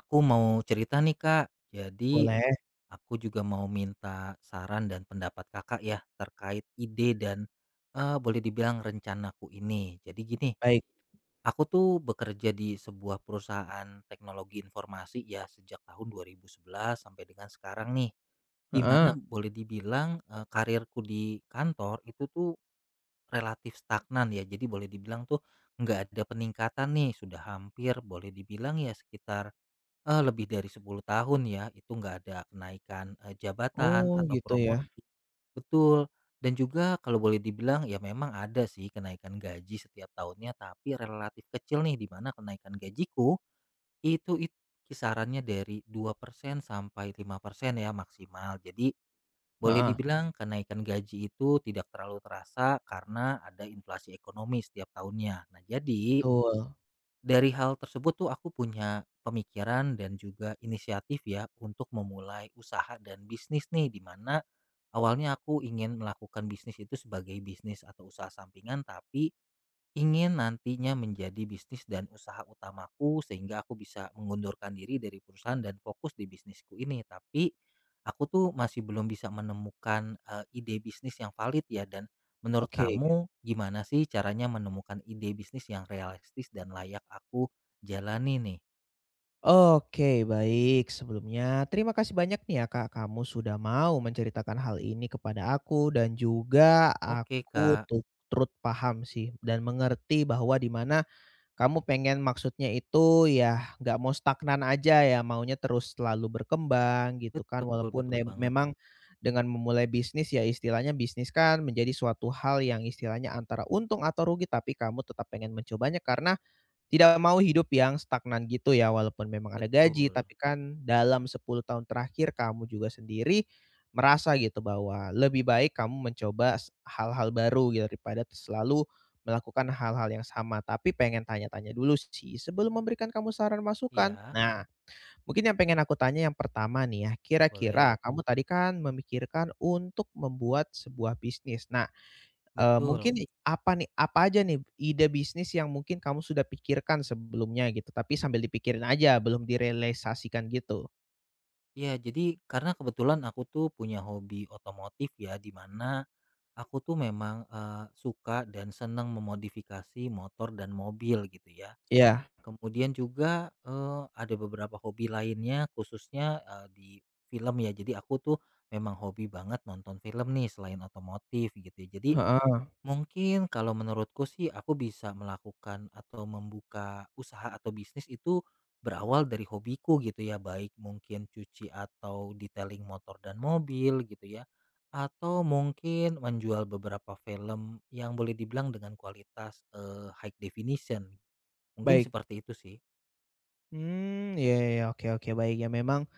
Aku mau cerita nih, Kak, jadi Boleh, aku juga mau minta saran dan pendapat Kakak ya terkait ide dan boleh dibilang rencanaku ini. Jadi gini, baik, aku tuh bekerja di sebuah perusahaan teknologi informasi ya sejak tahun 2011 sampai dengan sekarang nih. Di mana heeh, boleh dibilang karirku di kantor itu tuh relatif stagnan ya. Jadi boleh dibilang tuh nggak ada peningkatan nih, sudah hampir boleh dibilang ya sekitar lebih dari 10 tahun ya, itu nggak ada kenaikan, jabatan oh atau gitu ya, promosi. Betul, dan juga kalau boleh dibilang ya memang ada sih kenaikan gaji setiap tahunnya, tapi relatif kecil nih, di mana kenaikan gajiku itu kisarannya dari 2% sampai 5% ya maksimal. Jadi boleh heeh, dibilang kenaikan gaji itu tidak terlalu terasa karena ada inflasi ekonomi setiap tahunnya. Nah, jadi betul, dari hal tersebut tuh aku punya pemikiran dan juga inisiatif ya untuk memulai usaha dan bisnis nih, di mana awalnya aku ingin melakukan bisnis itu sebagai bisnis atau usaha sampingan, tapi ingin nantinya menjadi bisnis dan usaha utamaku sehingga aku bisa mengundurkan diri dari perusahaan dan fokus di bisnisku ini. Tapi aku tuh masih belum bisa menemukan ide bisnis yang valid ya, dan menurut oke. kamu gimana sih caranya menemukan ide bisnis yang realistis dan layak aku jalani nih? Oke, baik. Sebelumnya, terima kasih banyak nih ya, Kak. Kamu sudah mau menceritakan hal ini kepada aku, dan juga Oke, Kak. Turut paham sih, dan mengerti bahwa di mana kamu pengen maksudnya itu ya nggak mau stagnan aja ya maunya terus selalu berkembang gitu kan Betul, walaupun betul banget. memang dengan memulai bisnis ya istilahnya bisnis kan menjadi suatu hal yang istilahnya antara untung atau rugi tapi kamu tetap pengen mencobanya karena tidak mau hidup yang stagnan gitu ya, walaupun memang ada gaji, Betul. tapi kan dalam 10 tahun terakhir kamu juga sendiri merasa gitu bahwa lebih baik kamu mencoba hal-hal baru gitu daripada selalu melakukan hal-hal yang sama. Tapi pengen tanya-tanya dulu sih sebelum memberikan kamu saran masukan. Iya, Nah, mungkin yang pengen aku tanya yang pertama nih ya, boleh. kira-kira kamu tadi kan memikirkan untuk membuat sebuah bisnis. Betul. Mungkin apa nih, apa aja nih ide bisnis yang mungkin kamu sudah pikirkan sebelumnya gitu, tapi sambil dipikirin aja belum direalisasikan gitu? Iya, jadi karena kebetulan aku tuh punya hobi otomotif ya, di mana aku tuh memang, suka dan senang memodifikasi motor dan mobil gitu ya. Iya, Kemudian juga, ada beberapa hobi lainnya khususnya, di film ya. Jadi aku tuh memang hobi banget nonton film nih selain otomotif gitu ya. Jadi heeh, mungkin kalau menurutku sih aku bisa melakukan atau membuka usaha atau bisnis itu berawal dari hobiku gitu ya, baik mungkin cuci atau detailing motor dan mobil gitu ya, atau mungkin menjual beberapa film yang boleh dibilang dengan kualitas high definition. Mungkin baik. seperti itu sih. Mmm, iya, iya, iya, oke, oke, baik. Ya memang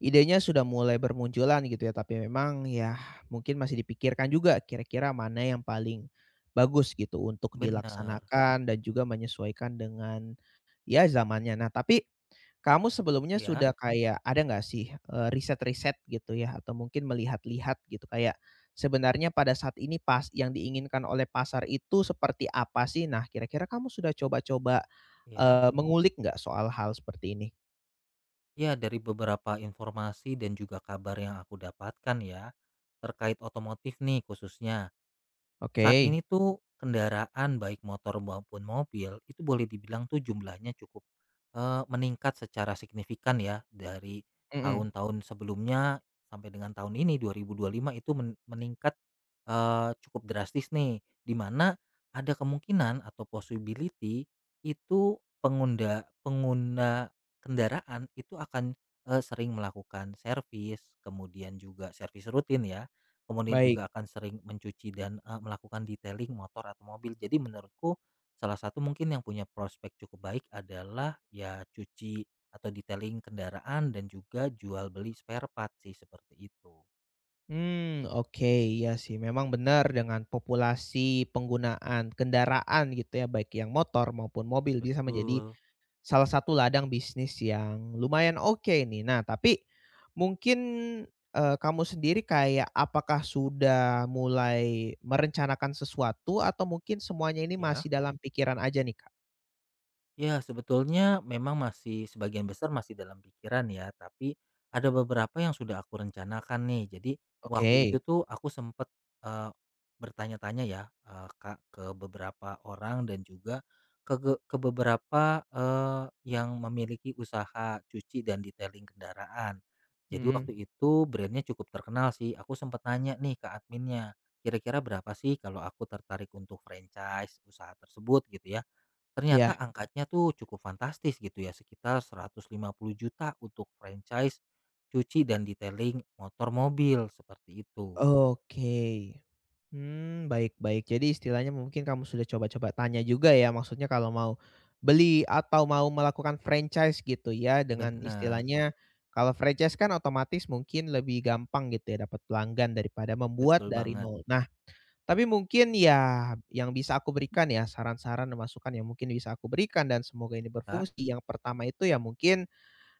idenya sudah mulai bermunculan gitu ya, tapi memang ya mungkin masih dipikirkan juga kira-kira mana yang paling bagus gitu untuk Benar, dilaksanakan dan juga menyesuaikan dengan ya zamannya. Nah tapi kamu sebelumnya ya, sudah kayak ada nggak sih, riset-riset gitu ya atau mungkin melihat-lihat gitu kayak sebenarnya pada saat ini pas yang diinginkan oleh pasar itu seperti apa sih? Nah kira-kira kamu sudah coba-coba, ya. Mengulik nggak soal hal seperti ini? Ya, dari beberapa informasi dan juga kabar yang aku dapatkan ya terkait otomotif nih khususnya. Saat Oke, ini tuh kendaraan baik motor maupun mobil itu boleh dibilang tuh jumlahnya cukup, meningkat secara signifikan ya dari mhm, tahun-tahun sebelumnya sampai dengan tahun ini 2025 itu meningkat, cukup drastis nih, di mana ada kemungkinan atau possibility itu pengguna pengguna kendaraan itu akan, sering melakukan servis kemudian juga servis rutin ya. Kemudian baik. juga akan sering mencuci dan, melakukan detailing motor atau mobil. Jadi menurutku salah satu mungkin yang punya prospek cukup baik adalah ya cuci atau detailing kendaraan dan juga jual beli spare part sih, seperti itu. Hmm, oke, iya sih memang benar dengan populasi penggunaan kendaraan gitu ya baik yang motor maupun mobil bisa menjadi Betul, salah satu ladang bisnis yang lumayan oke nih. Nah, tapi mungkin, kamu sendiri kayak apakah sudah mulai merencanakan sesuatu atau mungkin semuanya ini masih ya. dalam pikiran aja nih, Kak? Ya, sebetulnya memang masih sebagian besar masih dalam pikiran ya, tapi ada beberapa yang sudah aku rencanakan nih. Jadi waktu Oke. itu tuh aku sempet eh, bertanya-tanya ya, Kak, ke beberapa orang dan juga ke beberapa yang memiliki usaha cuci dan detailing kendaraan. Jadi Mhm, waktu itu brandnya cukup terkenal sih. Aku sempat nanya nih ke adminnya, kira-kira berapa sih kalau aku tertarik untuk franchise usaha tersebut gitu ya. Ternyata iya, angkanya tuh cukup fantastis gitu ya, sekitar 150 juta untuk franchise cuci dan detailing motor mobil, seperti itu. oke. Hmm, baik baik. Jadi istilahnya mungkin kamu sudah coba-coba tanya juga ya, maksudnya kalau mau beli atau mau melakukan franchise gitu ya, dengan Benar istilahnya kalau franchise kan otomatis mungkin lebih gampang gitu ya, dapat pelanggan daripada membuat betul dari banget, nol. Nah, tapi mungkin ya yang bisa aku berikan ya, saran-saran dan masukan yang mungkin bisa aku berikan dan semoga ini Kak. berfungsi. Yang pertama itu ya mungkin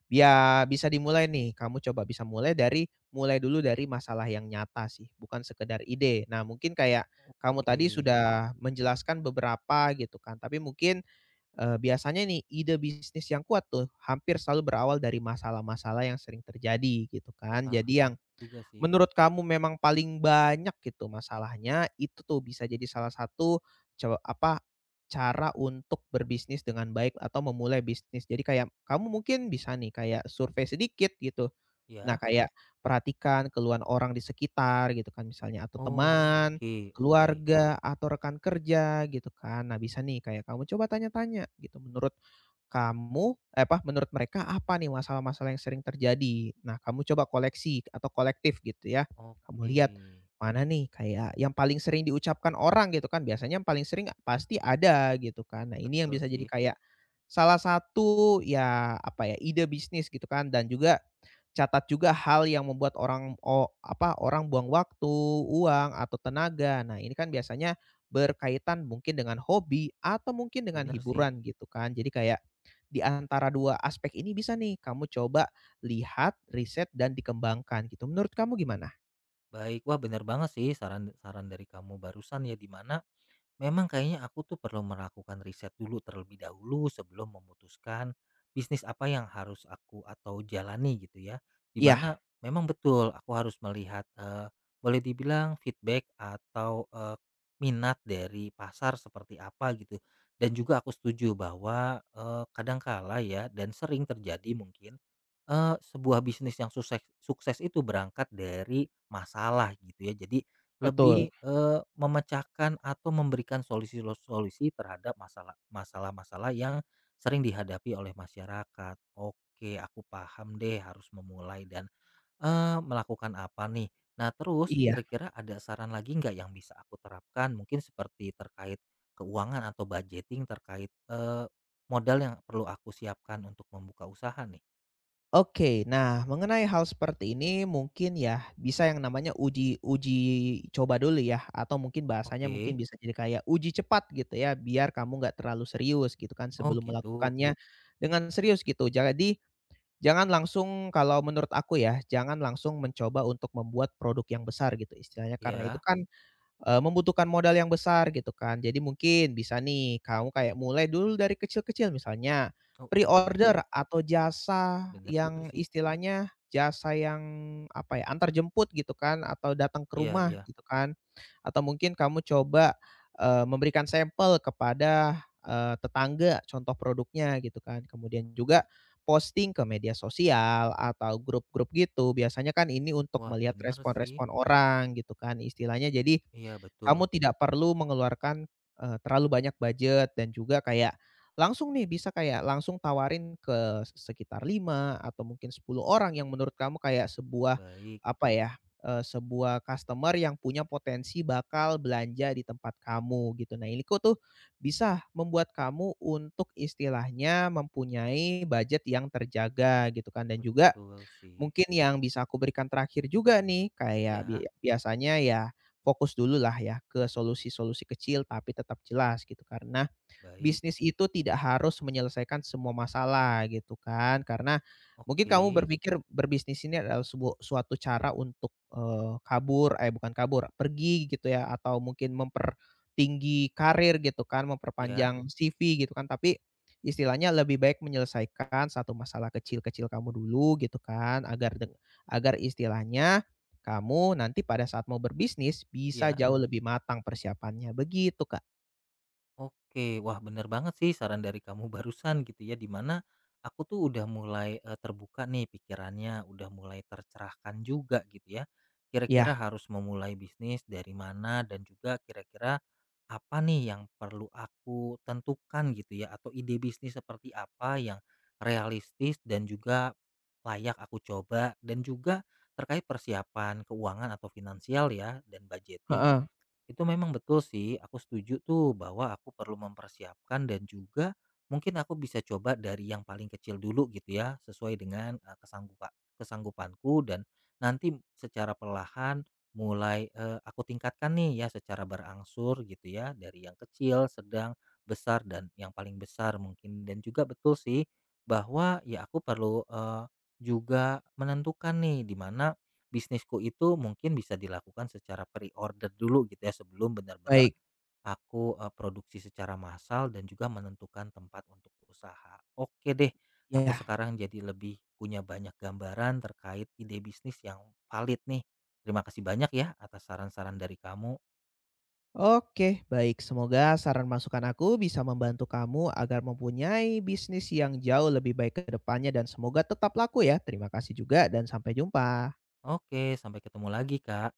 ya bisa dimulai nih, kamu coba bisa mulai dulu dari masalah yang nyata sih, bukan sekedar ide. Nah mungkin kayak kamu Oke. tadi sudah menjelaskan beberapa gitu kan, tapi mungkin, biasanya nih ide bisnis yang kuat tuh hampir selalu berawal dari masalah-masalah yang sering terjadi gitu kan. Wah, Jadi yang betul juga sih. menurut kamu memang paling banyak gitu masalahnya, itu tuh bisa jadi salah satu cow apa, cara untuk berbisnis dengan baik atau memulai bisnis. Jadi kayak kamu mungkin bisa nih kayak survei sedikit gitu. Nah, Ya. kayak perhatikan keluhan orang di sekitar gitu kan misalnya atau Oh, teman, oke oke. keluarga, atau rekan kerja gitu kan. Nah, bisa nih kayak kamu coba tanya-tanya gitu apa menurut mereka apa nih masalah-masalah yang sering terjadi. Nah, kamu coba koleksi atau kolektif gitu ya. Kamu Oke, lihat mana nih kayak yang paling sering diucapkan orang gitu kan. Biasanya yang paling sering pasti ada gitu kan. Nah, ini yang betul bisa jadi sih, kayak salah satu ya apa ya ide bisnis gitu kan dan juga catat juga hal yang membuat orang buang waktu, uang, atau tenaga. Nah, ini kan biasanya berkaitan mungkin dengan hobi atau mungkin dengan bener sih. hiburan gitu kan. Jadi kayak di antara 2 aspek ini bisa nih kamu coba lihat, riset, dan dikembangkan gitu. Menurut kamu gimana? Baik, wah bener banget sih saran saran dari kamu barusan ya, di mana memang kayaknya aku tuh perlu melakukan riset dulu terlebih dahulu sebelum memutuskan bisnis apa yang harus aku atau jalani gitu ya. Iya, Dimana memang betul aku harus melihat boleh dibilang feedback atau minat dari pasar seperti apa gitu. Dan juga aku setuju bahwa kadangkala ya dan sering terjadi mungkin sebuah bisnis yang sukses sukses itu berangkat dari masalah gitu ya. Jadi betul. lebih, memecahkan atau memberikan solusi solusi terhadap masalah-masalah yang sering dihadapi oleh masyarakat. Oke, aku paham deh harus memulai dan, melakukan apa nih. Nah, terus Iya. kira-kira ada saran lagi nggak yang bisa aku terapkan? Mungkin seperti terkait keuangan atau budgeting terkait, modal yang perlu aku siapkan untuk membuka usaha nih? Oke, nah mengenai hal seperti ini mungkin ya bisa yang namanya uji uji coba dulu ya atau mungkin bahasanya Oke. mungkin bisa jadi kayak uji cepat gitu ya biar kamu nggak terlalu serius gitu kan Oh sebelum gitu. melakukannya dengan serius gitu. Jadi jangan langsung kalau menurut aku ya jangan langsung mencoba untuk membuat produk yang besar gitu istilahnya karena itu Ya. kan membutuhkan modal yang besar gitu kan. Jadi mungkin bisa nih kamu kayak mulai dulu dari kecil-kecil misalnya Oh iya ya, pre-order atau jasa benar juga yang sih. istilahnya jasa yang apa ya, antar jemput gitu kan atau datang ke Iya rumah iya. gitu kan. Atau mungkin kamu coba, memberikan sampel kepada, tetangga contoh produknya gitu kan. Kemudian juga posting ke media sosial atau grup-grup gitu. Biasanya kan ini untuk Wah, melihat benar sih. respon-respon orang gitu kan istilahnya jadi Iya, kamu betul. tidak perlu mengeluarkan, terlalu banyak budget dan juga kayak langsung nih bisa kayak langsung tawarin ke sekitar 5 atau mungkin 10 orang yang menurut kamu kayak sebuah Baik, apa ya, sebuah customer yang punya potensi bakal belanja di tempat kamu gitu. Nah, ini kok tuh bisa membuat kamu untuk istilahnya mempunyai budget yang terjaga gitu kan dan juga betul sih. mungkin yang bisa aku berikan terakhir juga nih, kayak Ya, biasanya ya fokus dulu lah ya ke solusi-solusi kecil tapi tetap jelas gitu, karena baik. bisnis itu tidak harus menyelesaikan semua masalah gitu kan, karena mungkin kamu Oke. berpikir berbisnis ini adalah sebuah suatu cara untuk, bukan kabur, pergi gitu ya atau mungkin mempertinggi karir gitu kan, Ya, memperpanjang CV gitu kan, tapi istilahnya lebih baik menyelesaikan satu masalah kecil-kecil kamu dulu gitu kan, agar istilahnya kamu nanti pada saat mau berbisnis bisa ya. jauh lebih matang persiapannya, begitu Kak. Oke, wah bener banget sih saran dari kamu barusan gitu ya, dimana aku tuh udah mulai terbuka nih pikirannya, udah mulai tercerahkan juga gitu ya. Ya, Kira-kira harus memulai bisnis dari mana dan juga kira-kira apa nih yang perlu aku tentukan gitu ya, atau ide bisnis seperti apa yang realistis dan juga layak aku coba dan juga terkait persiapan keuangan atau finansial ya dan budgeting heeh, itu memang betul sih, aku setuju tuh bahwa aku perlu mempersiapkan dan juga mungkin aku bisa coba dari yang paling kecil dulu gitu ya, sesuai dengan kesanggupa- kesanggupanku dan nanti secara perlahan mulai aku tingkatkan nih ya secara berangsur gitu ya, dari yang kecil, sedang, besar dan yang paling besar mungkin dan juga betul sih bahwa ya aku perlu juga menentukan nih di mana bisnisku itu mungkin bisa dilakukan secara pre-order dulu gitu ya sebelum benar-benar baik. aku, produksi secara massal dan juga menentukan tempat untuk usaha. Oke deh, aku Ya, sekarang jadi lebih punya banyak gambaran terkait ide bisnis yang valid nih. Terima kasih banyak ya atas saran-saran dari kamu. oke, baik. Semoga saran masukan aku bisa membantu kamu agar mempunyai bisnis yang jauh lebih baik ke depannya dan semoga tetap laku ya. Terima kasih juga dan sampai jumpa. Oke, sampai ketemu lagi, Kak.